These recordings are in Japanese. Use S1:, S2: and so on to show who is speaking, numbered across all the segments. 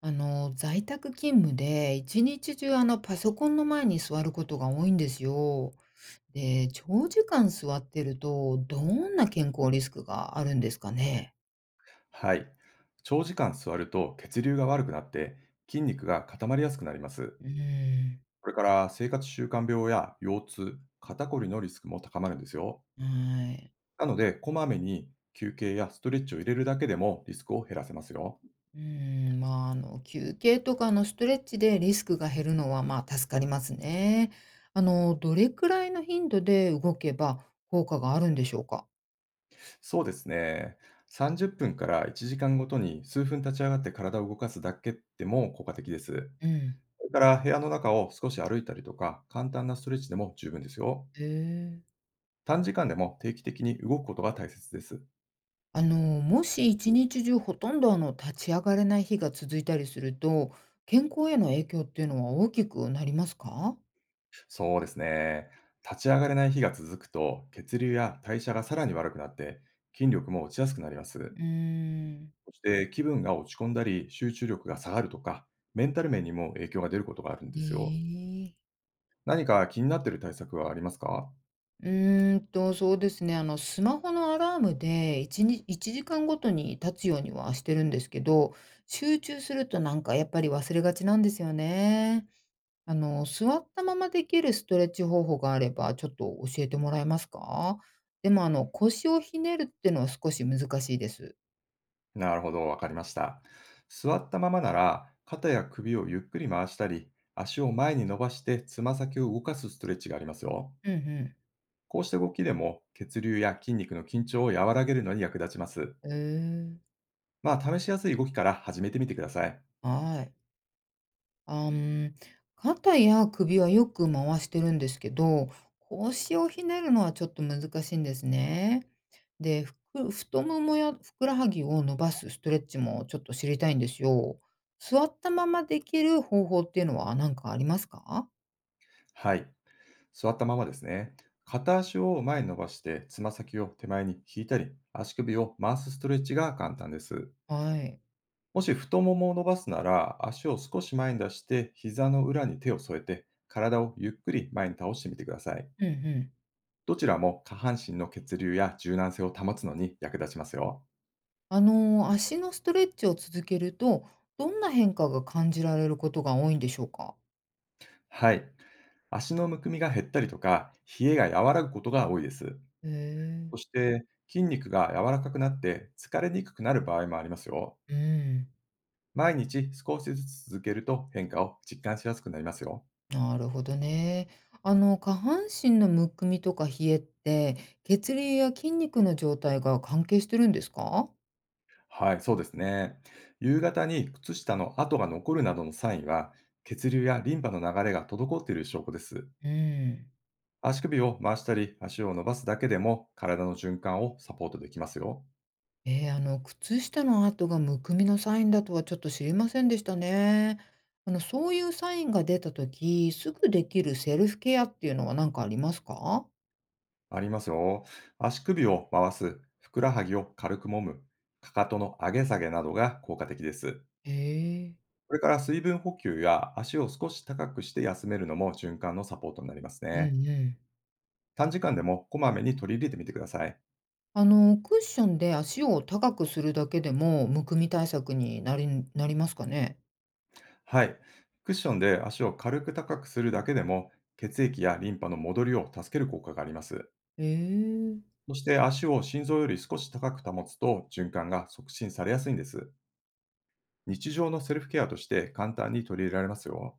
S1: 在宅勤務で一日中パソコンの前に座ることが多いんですよ。で、長時間座ってるとどんな健康リスクがあるんですかね。
S2: はい。長時間座ると血流が悪くなって筋肉が固まりやすくなります。
S1: うーん、
S2: これから生活習慣病や腰痛、肩こりのリスクも高まるんですよ。
S1: はい。
S2: なので、こまめに休憩やストレッチを入れるだけでもリスクを減らせますよ。
S1: うーん、休憩とかストレッチでリスクが減るのはまあ助かりますね。どれくらいの頻度で動けば効果があるんでしょうか。
S2: そうですね。30分から1時間ごとに数分立ち上がって体を動かすだけでも効果的です。
S1: うん。
S2: それから部屋の中を少し歩いたりとか、簡単なストレッチでも十分ですよ。
S1: へえ。
S2: 短時間でも定期的に動くことが大切です。
S1: もし一日中ほとんど立ち上がれない日が続いたりすると、健康への影響っていうのは大きくなりますか？
S2: そうですね。立ち上がれない日が続くと、血流や代謝がさらに悪くなって、筋力も落ちやすくなりま
S1: う
S2: す。
S1: ーん。
S2: そして気分が落ち込んだり、集中力が下がるとか、メンタル面にも影響が出ることがあるん
S1: え
S2: ですよ。
S1: え。
S2: 何か気になっている対策はありますか。
S1: そうですね、スマホのアラームでいちに1時間ごとに立つようにはしてるんですけど、集中するとなんかやっぱり忘れがちなんですよね。座ったままできるストレッチ方法があれば、ちょっと教えてもらえますか？でも、腰をひねるっていうのは少し難しいです。
S2: なるほど、わかりました。座ったままなら、肩や首をゆっくり回したり、足を前に伸ばして、つま先を動かすストレッチがありますよ。
S1: うんうん。
S2: こうした動きでも、血流や筋肉の緊張を和らげるのに役立ちます。
S1: へえ、
S2: まあ、試しやすい動きから始めてみてください。
S1: はい。あ、ん、肩や首はよく回してるんですけど、腰をひねるのはちょっと難しいんですね。で、太ももやふくらはぎを伸ばすストレッチもちょっと知りたいんですよ。座ったままできる方法っていうのは何かありますか？
S2: はい。座ったままですね。片足を前に伸ばして、つま先を手前に引いたり、足首を回すストレッチが簡単です。
S1: はい。
S2: もし太ももを伸ばすなら、足を少し前に出して、膝の裏に手を添えて、体をゆっくり前に倒してみてください。
S1: うんうん。
S2: どちらも下半身の血流や柔軟性を保つのに役立ちますよ。
S1: 足のストレッチを続けると、どんな変化が感じられることが多いんでしょうか？
S2: はい。足のむくみが減ったりとか、冷えが和らぐことが多いです。
S1: へえ。
S2: そして、筋肉が柔らかくなって疲れにくくなる場合もありますよ。
S1: うん、
S2: 毎日少しずつ続けると変化を実感しやすくなりますよ。
S1: なるほどね。下半身のむくみとか冷えって、血流や筋肉の状態が関係してるんですか？
S2: はい、そうですね。夕方に靴下の跡が残るなどのサインは、血流やリンパの流れが滞っている証拠です。
S1: うん。
S2: 足首を回したり、足を伸ばすだけでも体の循環をサポートできますよ。
S1: 靴下の跡がむくみのサインだとはちょっと知りませんでしたね。そういうサインが出た時、すぐできるセルフケアっていうのは何かありますか？
S2: ありますよ。足首を回す、ふくらはぎを軽く揉む、かかとの上げ下げなどが効果的です。
S1: へえ。
S2: それから水分補給や足を少し高くして休めるのも循環のサポートになります
S1: うん
S2: ね。
S1: うん。
S2: 短時間でもこまめに取り入れてみてください。
S1: クッションで足を高くするだけでも、むくみ対策になりますかね？
S2: はい。クッションで足を軽く高くするだけでも血液やリンパの戻りを助ける効果があります。
S1: へえ。
S2: そして足を心臓より少し高く保つと循環が促進されやすいんです。日常のセルフケアとして簡単に取り入れられますよ。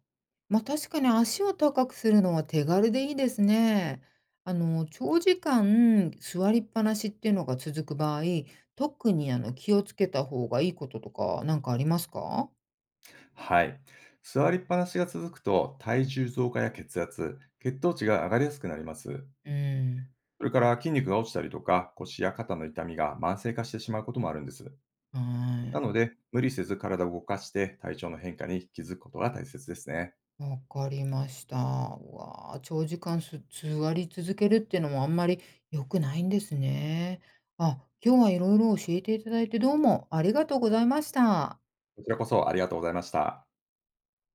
S1: まあ、確かに足を高くするのは手軽でいいですね。長時間座りっぱなしっていうのが続く場合、特に気をつけた方がいいこととか、なんかありますか？
S2: はい。座りっぱなしが続くと体重増加や血圧、血糖値が上がりやすくなります。
S1: うん、
S2: それから筋肉が落ちたりとか、腰や肩の痛みが慢性化してしまうこともあるんです。
S1: は
S2: な
S1: い。
S2: ので、無理せず体を動かして体調の変化に気づくことが大切ですね。
S1: わかりました。うわあ、長時間座り続けるっていうのもあんまり良くないんですね。あ、今日はいろいろ教えていただいてどうもありがとうございました。
S2: こちらこそありがとうございました。